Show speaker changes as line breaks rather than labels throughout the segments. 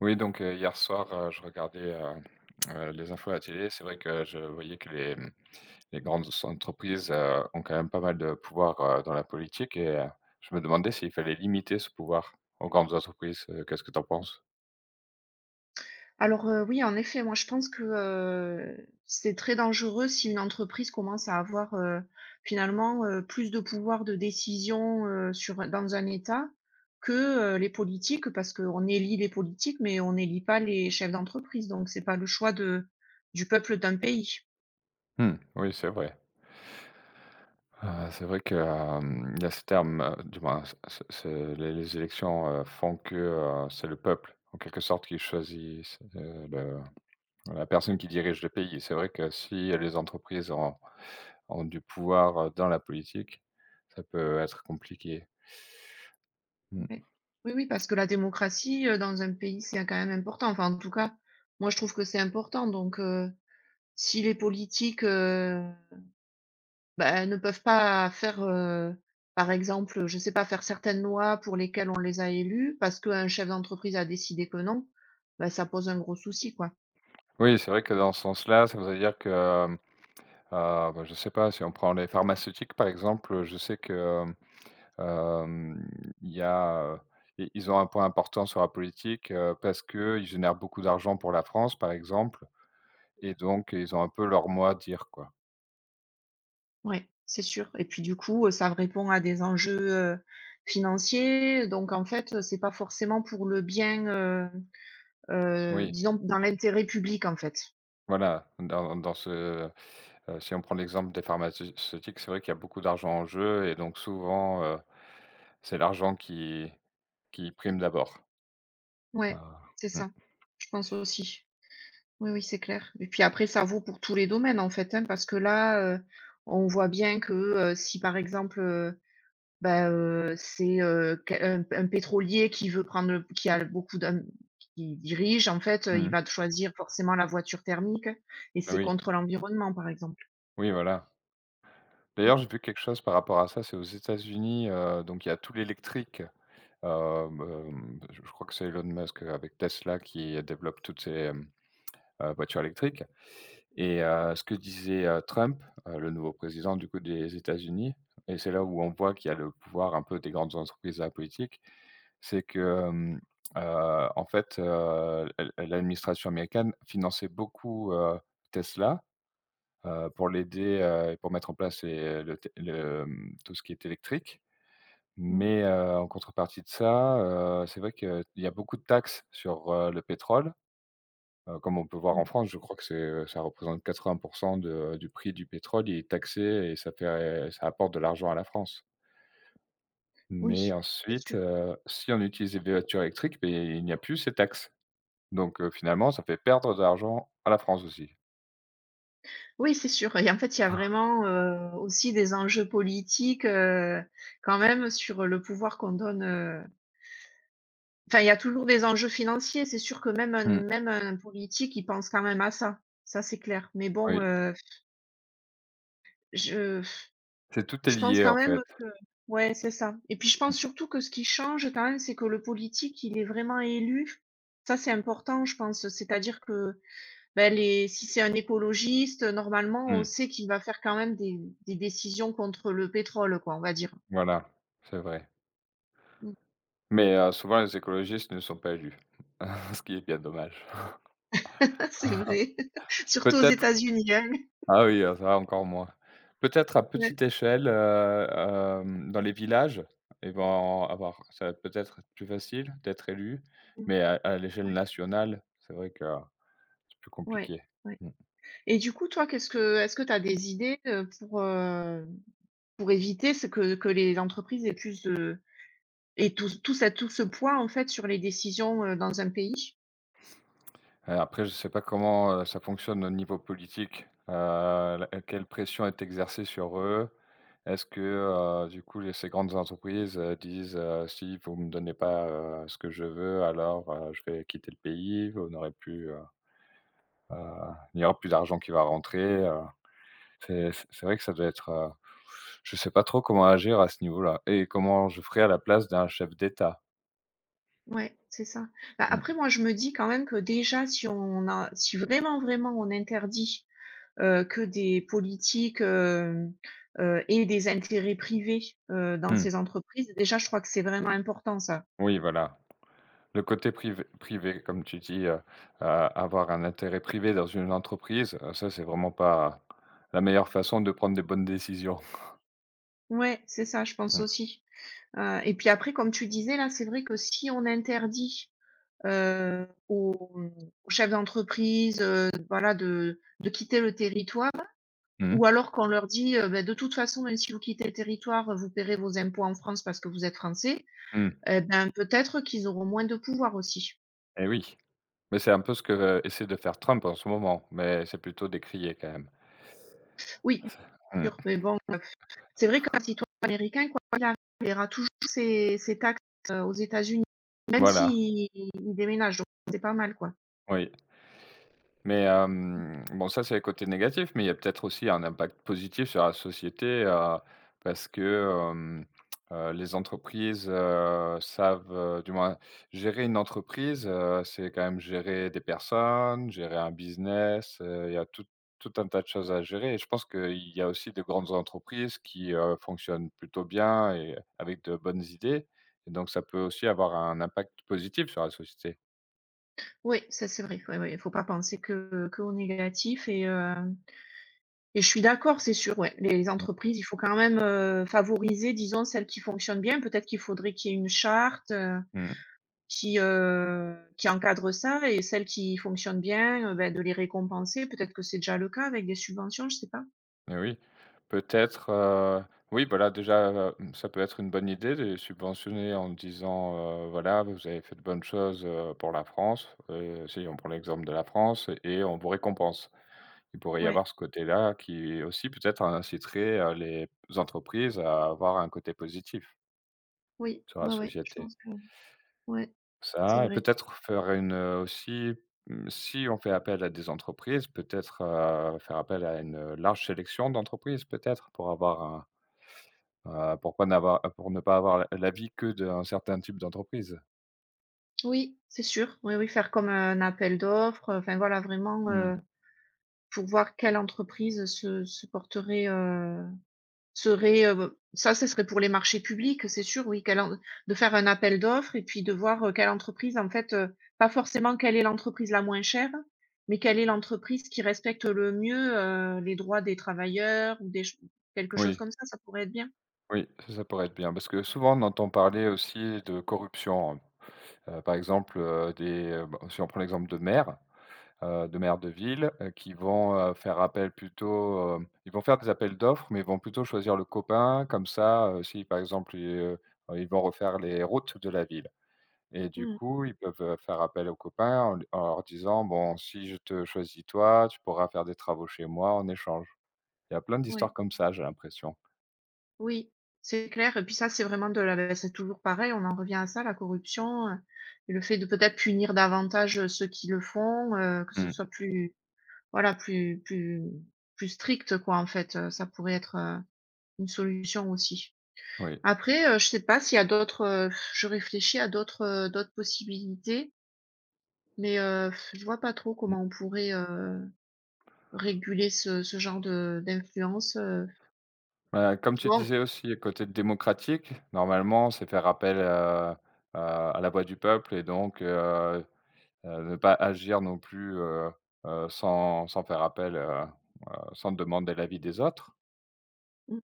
Oui, donc hier soir, je regardais, les infos à la télé. C'est vrai que je voyais que les grandes entreprises, ont quand même pas mal de pouvoir, dans la politique, et je me demandais s'il fallait limiter ce pouvoir aux grandes entreprises. Qu'est-ce que tu en penses?
Oui, en effet, moi je pense que, c'est très dangereux si une entreprise commence à avoir, finalement, plus de pouvoir de décision, sur dans un État que les politiques parce qu'on élit les politiques, mais on n'élit pas les chefs d'entreprise, donc c'est pas le choix de du peuple d'un pays.
Mmh, oui, c'est vrai. C'est vrai que, il y a ce terme, du moins ce ce ce les élections, font que, c'est le peuple, en quelque sorte, qui choisit, le la personne qui dirige le pays. C'est vrai que si les entreprises ont en du pouvoir, dans la politique, ça peut être compliqué. Mmh.
Ouais. Oui, oui, parce que la démocratie, dans un pays, c'est quand même important. Enfin, en tout cas, moi je trouve que c'est important, si les politiques, bah, elles ne peuvent pas faire, par exemple, je sais pas, faire certaines lois pour lesquelles on les a élues parce qu'un chef d'entreprise a décidé que non, bah, ça pose un gros souci, quoi.
Oui, c'est vrai que dans ce sens-là, ça veut dire que, ah, bah, je ne sais pas, si on prend les pharmaceutiques, par exemple, je sais que, hem, il y a, i ils ont un point important sur la politique, parce qu'ils génèrent beaucoup d'argent pour la France, par exemple, et donc ils ont un peu leur mot à dire, quoi.
Ouais, c'est sûr et puis, du coup, ça répond à des enjeux, financiers donc en fait, c'est pas forcément pour le bien,
Oui,
disons, dans l'intérêt public, en fait.
voilà, si on prend l'exemple des pharmaceutiques, c'est vrai qu'il y a beaucoup d'argent en jeu, et donc souvent, c'est l'argent qui prime d'abord.
Ouais,
Ah.
c'est ça,
Mmh.
je pense aussi. Oui, oui, c'est clair. Et puis après, ça vaut pour tous les domaines, en fait, hein, parce que là, on voit bien que, si par exemple, bah, c'est, quel un pétrolier qui veut prendre le qui a beaucoup d'hommes qui dirige, en fait, il
Mmh.
va choisir forcément la voiture thermique et c'est
Oui,
contre l'environnement, par exemple.
oui, voilà.
Mmh,
D'ailleurs, j'ai vu quelque chose par rapport à ça, c'est aux États-Unis. Donc il y a tout l'électrique. Hem, hem, je je crois que c'est Elon Musk, avec Tesla qui développe toutes ces, voitures électriques, et ce que disait, Trump, le nouveau président du coup des États-Unis. Et c'est là où on voit qu'il y a le pouvoir un peu des grandes entreprises à la politique. C'est que, hem, en fait, l'administration américaine finançait beaucoup, Tesla, pour l'aider, et pour mettre en place les le té le, mmh, tout ce qui est électrique.
mmh,
Mais, en contrepartie de ça, c'est vrai qu'il y a beaucoup de taxes sur, le pétrole, comme on peut voir
oui,
en France. Je crois que c'est, ça représente 80 de du prix du pétrole, il est taxé, et ça apporte de l'argent à la France. Mais
oui, c'est
ensuite,
sûr.
si on utilise des voitures électriques, beh, il n'y a plus ces taxes. Donc finalement, ça fait perdre de l'argent à la France aussi.
Oui, c'est sûr et en fait, il y a vraiment, aussi des enjeux politiques, quand même sur le pouvoir qu'on donne, enfin, il y a toujours des enjeux financiers. C'est sûr que même un
Mmh.
même un politique, il pense quand même à ça. Ça, c'est clair.
Oui,
Je
c'est tout est
je pense
lié,
quand
en
même
fait.
que ouais, c'est ça. Et puis, je pense surtout que ce qui change quand même, c'est que le politique, il est vraiment élu. Ça, c'est important, je pense. C'est-à-dire que, bah, les si c'est un écologiste, normalement,
Mmh
on
mh.
sait qu'il va faire quand même des décisions contre le pétrole, quoi, on va dire.
Voilà, c'est vrai. Mais souvent, les écologistes ne sont pas élus, ce qui est bien dommage.
C'est vrai. Surtout aux
Peut-être.
États-Unis, hein.
Ah oui, ça encore moins. Peut-être à
Ouais.
petite échelle, dans les villages, ils vont avoir ça va peut-être être plus facile d'être élu,
Mmh.
mais à l'échelle nationale, c'est vrai que c'est plus
Ouais,
compliqué.
ouais.
Mmh.
Et du coup, toi, qu'est-ce que est-ce que tu as des idées, pour éviter ce que les entreprises aient plus de aient tout ce tout ça tout ce poids, en fait, sur les décisions, dans un pays?
Après, je sais pas comment, ça fonctionne au niveau politique. La Quelle pression est exercée sur eux? Est-ce que, du coup, les ces grandes entreprises, disent, «Si vous me donnez pas, ce que je veux, alors je vais quitter le pays, vous n'aurez plus, heu, il n'y aura plus d'argent qui va rentrer». C'est vrai que ça doit être, je sais pas trop comment agir à ce niveau-là. Et comment je ferais à la place d'un chef d'État?
Ouais, c'est ça. Bah, après
Mmh
moi, je me dis quand même que déjà si on a si vraiment, vraiment on interdit, que des politiques, aient des intérêts privés, dans
mh.
ces entreprises, déjà je crois que c'est vraiment important ça.
Oui, voilà. Le côté privé, comme tu dis, a avoir un intérêt privé dans une entreprise, ça, c'est vraiment pas la meilleure façon de prendre des bonnes décisions.
Ouais, c'est ça, je pense
Mmh.
aussi. Et puis après, comme tu disais là, c'est vrai que si on interdit aux, aux chefs d'entreprise, voilà, de quitter le territoire
Mmh
ou alors qu'on leur dit, «Beh, de toute façon, même si vous quittez le territoire, vous paierez vos impôts en France parce que vous êtes français»,
mh.
et ben, peut-être qu'ils auront moins de pouvoir aussi.
Et oui, mais c'est un peu ce que, essaie de faire Trump en ce moment, mais c'est plutôt décrié quand même.
Oui, bien
Mmh.
sûr, c'est vrai qu'un citoyen américain, quoi qu'il arrive, il paiera toujours ses taxes, aux États-Unis, même
Voilà,
s'il il déménage, donc c'est pas mal, quoi.
oui. Mais bon, ça, c'est le côté négatif, mais il y a peut-être aussi un impact positif sur la société, parce que, les entreprises, savent, du moins gérer une entreprise. C'est quand même gérer des personnes, gérer un business. Il y a tout un tas de choses à gérer, et je pense qu'il y a aussi de grandes entreprises qui, fonctionnent plutôt bien et avec de bonnes idées, et donc ça peut aussi avoir un impact positif sur la société.
Oui, ça c'est vrai, ouais, ouais, il faut pas penser que qu'au négatif et je suis d'accord, c'est sûr, ouais. Les
Mmh.
entreprises, il faut quand même, favoriser, disons, celles qui fonctionnent bien. Peut-être qu'il faudrait qu'il y ait une charte,
Mmh.
qui encadre ça et celles qui fonctionnent bien, bah, de les récompenser. Peut-être que c'est déjà le cas avec des subventions, je sais pas?
Et oui, peut-être, oui, voilà, déjà, ça peut être une bonne idée de les subventionner en disant, «Voilà, vous avez fait de bonnes choses, pour la France, si on prend l'exemple de la France, et on vous récompense». Il pourrait y
Ouais,
avoir ce côté-là qui aussi peut-être inciterait, les entreprises à avoir un côté positif
oui,
sur la
ouais, ouais, je
société.
pense que ouais, c'est
Ça, et
vrai.
peut-être faire une, aussi, mmh, si on fait appel à des entreprises, peut-être, faire appel à une large sélection d'entreprises, peut-être, pour avoir un. Pourquoi n'avoir, pour ne pas avoir l'avis que d'un certain type d'entreprise?
Oui, c'est sûr. Oui, oui, faire comme un appel d'offres, enfin voilà, vraiment,
Mmh.
pour voir quelle entreprise se porterait, serait, ça, ce serait pour les marchés publics, c'est sûr, oui, quelle en de faire un appel d'offres et puis de voir, quelle entreprise en fait, pas forcément quelle est l'entreprise la moins chère, mais quelle est l'entreprise qui respecte le mieux, les droits des travailleurs ou des ch quelque chose
Oui,
comme ça pourrait être bien.
oui, ça pourrait être bien, parce que souvent on entend parler aussi de corruption, par exemple, des bah, si on prend l'exemple de maires, de maires de ville, qui vont, faire appel plutôt. Ils vont faire des appels d'offres, mais ils vont plutôt choisir le copain comme ça. Si par exemple, ils vont refaire les routes de la ville. Et du
Mmh,
coup, ils peuvent, faire appel aux copains en l en leur disant: «Bon, si je te choisis toi, tu pourras faire des travaux chez moi en échange». Il y a plein
ouais,
d'histoires comme ça, j'ai l'impression.
oui, c'est clair et puis ça, c'est vraiment de la bah, c'est toujours pareil, on en revient à ça, la corruption, le fait de peut-être punir davantage, ceux qui le font, que ce
Mmh.
soit plus voilà, plus plus plus strictes quoi, en fait, ça pourrait être, une solution aussi.
Oui.
Après, je sais pas s'il y a d'autres, je réfléchis à d'autres, d'autres possibilités, mais, je vois pas trop
Mmh.
comment on pourrait, réguler ce genre de d'influence,
Bah, comme tu
Bon
disais aussi, côté démocratique, normalement, c'est faire appel, à la voix du peuple, et donc ne pas agir non plus, sans faire appel, sans demander l'avis des autres.
mmh,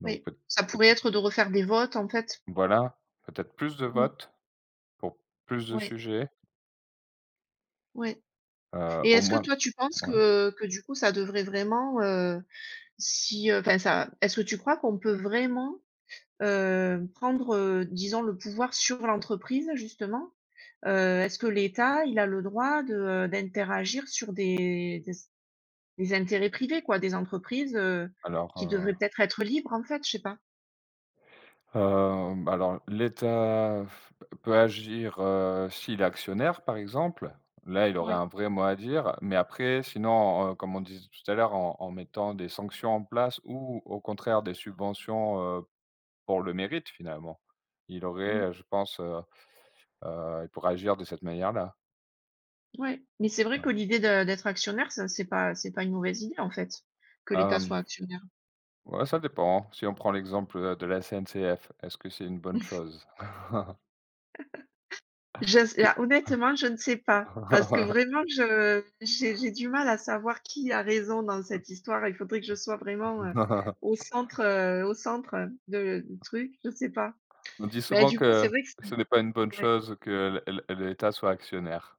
Donc
oui,
peut
ça
peut
pourrait être de refaire des votes, en fait.
voilà, peut-être plus de
Mmh,
votes pour plus de
oui.
sujets.
Ouais et
Au
est-ce que
moins,
toi, tu penses
ouais.
que du coup, ça devrait vraiment, si, enfin ça est-ce que tu crois qu'on peut vraiment prendre, disons le pouvoir sur l'entreprise justement? Est-ce que l'État, il a le droit de, d'interagir sur des intérêts privés quoi, des entreprises,
alors,
qui
heu,
devraient peut-être être libres en fait? Je sais pas.
hem, alors l'État f peut agir, s'il est actionnaire, par exemple. Là, il aurait
Ouais,
un vrai mot à dire, mais après sinon, comme on disait tout à l'heure, en mettant des sanctions en place, ou au contraire des subventions, pour le mérite, finalement. Il
mmh,
aurait, je pense. Il pourrait agir de cette manière-là,
ouais, mais c'est vrai que
quoi.
l'idée de d'être actionnaire, ça c'est pas une mauvaise idée en fait, que l'État soit
Hem,
actionnaire.
ouais, ça dépend, hein. Si on prend l'exemple, de la SNCF, est-ce que c'est une bonne chose?
Je s
Que.
là, honnêtement, je ne sais pas parce que vraiment je j'ai du mal à savoir qui a raison dans cette histoire. Il faudrait que je sois vraiment, au centre, de du truc, je sais pas.
On dit
Mais
souvent
du coup, c'est
que
vrai que
ce n'est
c'est
pas une bonne
ouais.
chose que l'État soit actionnaire.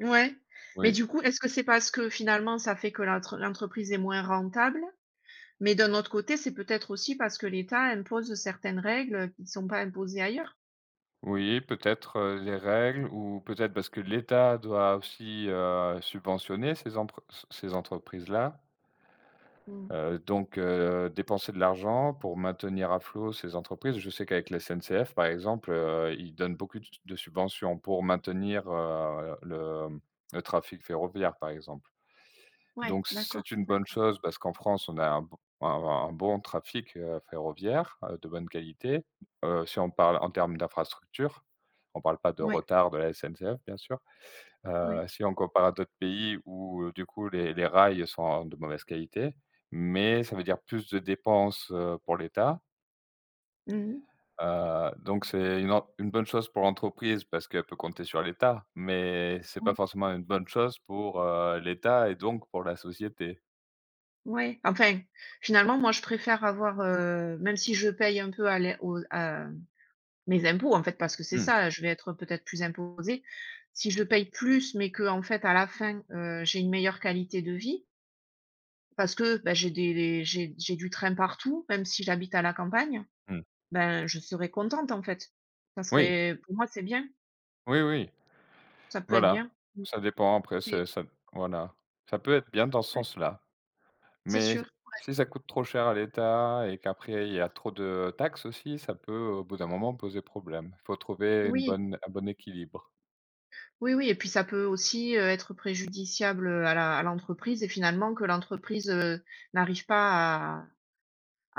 Ouais, mais
Oui.
du coup, est-ce que c'est parce que finalement ça fait que l'entre l'entreprise est moins rentable? Mais d'un autre côté, c'est peut-être aussi parce que l'État impose certaines règles, qui ne sont pas imposées ailleurs?
Oui, peut-être, les règles, ou peut-être parce que l'État doit aussi, subventionner ces entreprises-là,
Mmh.
donc dépenser de l'argent pour maintenir à flot ces entreprises. Je sais qu'avec la SNCF, par exemple, ils donnent beaucoup de subventions pour maintenir, le trafic ferroviaire, par exemple.
Ouais,
Donc
d'accord,
c'est une bonne
d'accord.
chose parce qu'en France, on a un b un bon trafic, ferroviaire, de bonne qualité. Si on parle en termes d'infrastructure, on ne parle pas de
Ouais,
retard de la SNCF, bien sûr.
ouais.
Si on compare à d'autres pays où, du coup, les rails sont de mauvaise qualité, mais ça veut dire plus de dépenses, pour l'État.
Mmh mh.
Donc c'est une bonne chose pour l'entreprise parce qu'elle peut compter sur l'État, mais c'est pas
Ouais.
forcément une bonne chose pour, l'État, et donc pour la société.
Ouais, enfin, finalement, moi, je préfère avoir, même si je paye un peu à l'é aux à mes impôts, en fait, parce que c'est
Mmh mh.
ça, je vais être peut-être plus imposée. Si je paye plus, mais que en fait, à la fin, j'ai une meilleure qualité de vie, parce que, bah, j'ai des- j'ai du train partout, même si j'habite à la campagne, ben, je serais contente, en fait. Ça
Oui,
serait pour moi, c'est bien,
oui, oui,
ça peut être bien.
voilà,
Mmh,
ça dépend. Après
c'est
c'est ça, voilà, ça peut être bien dans ce
ouais,
sens-là,
c'est
mais
sûr.
si ça coûte trop cher à l'État et qu'après il y a trop de taxes aussi, ça peut au bout d'un moment poser problème. Il faut trouver une
Oui.
bonne un bon équilibre.
Oui, oui et puis ça peut aussi, être préjudiciable, à l'entreprise et finalement que l'entreprise, n'arrive pas à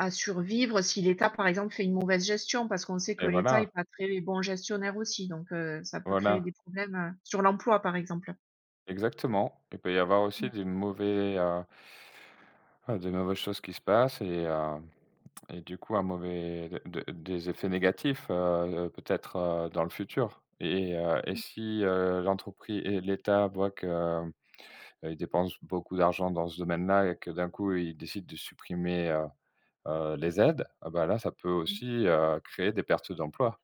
à survivre si l'État, par exemple, fait une mauvaise gestion. Parce qu'on sait que
Et
l'État n'est
voilà,
pas très bon gestionnaire aussi ça peut créer
voilà.
des problèmes, sur l'emploi, par exemple.
Exactement. Il peut y avoir aussi des mauvaises choses qui se passent, et du coup, un mauvais de des effets négatifs, peut-être, dans le futur, et si, l'État voient que, ils dépensent beaucoup d'argent dans ce domaine-là, et que d'un coup ils décident de supprimer, les aides. Ah bah, là ça peut
Mmh.
aussi, créer des pertes d'emplois.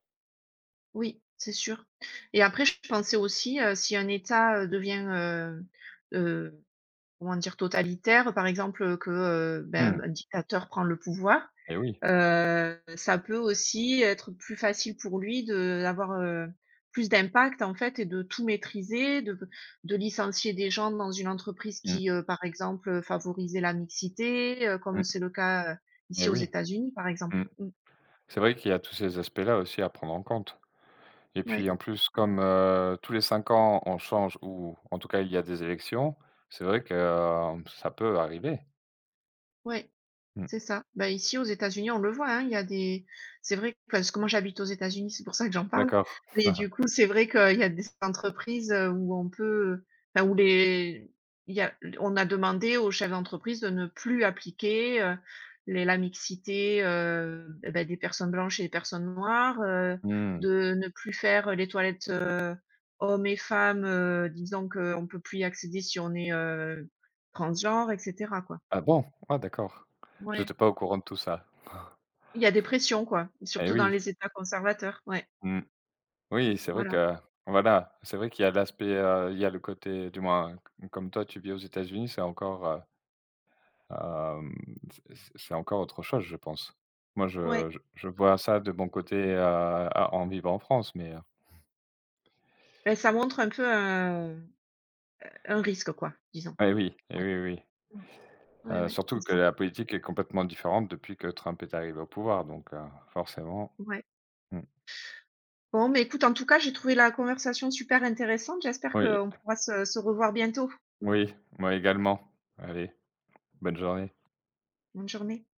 Oui, c'est sûr et après je pensais aussi, si un État, devient, heu, comment dire? Totalitaire, par exemple, que, ben,
Mmh.
un dictateur prend le pouvoir,
Et oui.
Ça peut aussi être plus facile pour lui de d'avoir, plus d'impact en fait et de tout maîtriser, de licencier des gens dans une entreprise
Mmh.
qui, par exemple, favorisait la mixité, comme
Mmh.
c'est le cas,
Et
ici aux
oui.
États-Unis par exemple.
Mmh.
Mmh.
C'est vrai qu'il y a tous ces aspects-là aussi à prendre en compte. Et puis
Ouais,
en plus, comme, tous les 5 ans, on change, ou en tout cas, il y a des élections. C'est vrai que, ça peut arriver.
ouais.
Mmh.
C'est ça. Bah, ici, aux États-Unis, on le voit, hein, il y a des c'est vrai que parce que moi, j'habite aux États-Unis, c'est pour ça que j'en parle.
D'accord.
Mais du coup, c'est vrai qu'il y a des entreprises, où on peut enfin, où les il y a on a demandé aux chefs d'entreprise de ne plus appliquer, les la mixité, et bah, des personnes blanches et des personnes noires,
Mmh.
de ne plus faire les toilettes, hommes et femmes, disant qu'on ne peut plus y accéder si on est, transgenre et cetera, quoi.
Ah bon? Ah d'accord. Je
Ouais.
n'étais pas au courant de tout ça.
Il y a des pressions quoi,
Eh
surtout dans
oui.
les États conservateurs. Ouais,
Mmh. Oui, c'est vrai
voilà.
que voilà, c'est vrai qu'il y a l'aspect, il y a le côté, du moins, c comme toi, tu vis aux États-Unis, c'est encore, hem, c'est encore autre chose, je pense. Moi,
Ouais.
je vois ça de mon côté, à en vivant en France, mais,
Beh, ça montre un peu un risque quoi, disons.
oui, eh
Ouais.
oui, oui.
Mmh. Ouais, ouais, c'est
Surtout que
ça.
la politique est complètement différente depuis que Trump est arrivé au pouvoir. Donc forcément.
Ouais.
Mmh.
Bon, mais écoute, en tout cas, j'ai trouvé la conversation super intéressante. J'espère
Oui,
qu'on pourra se revoir bientôt.
oui, moi également. Allez, bonne journée.
Bonne journée.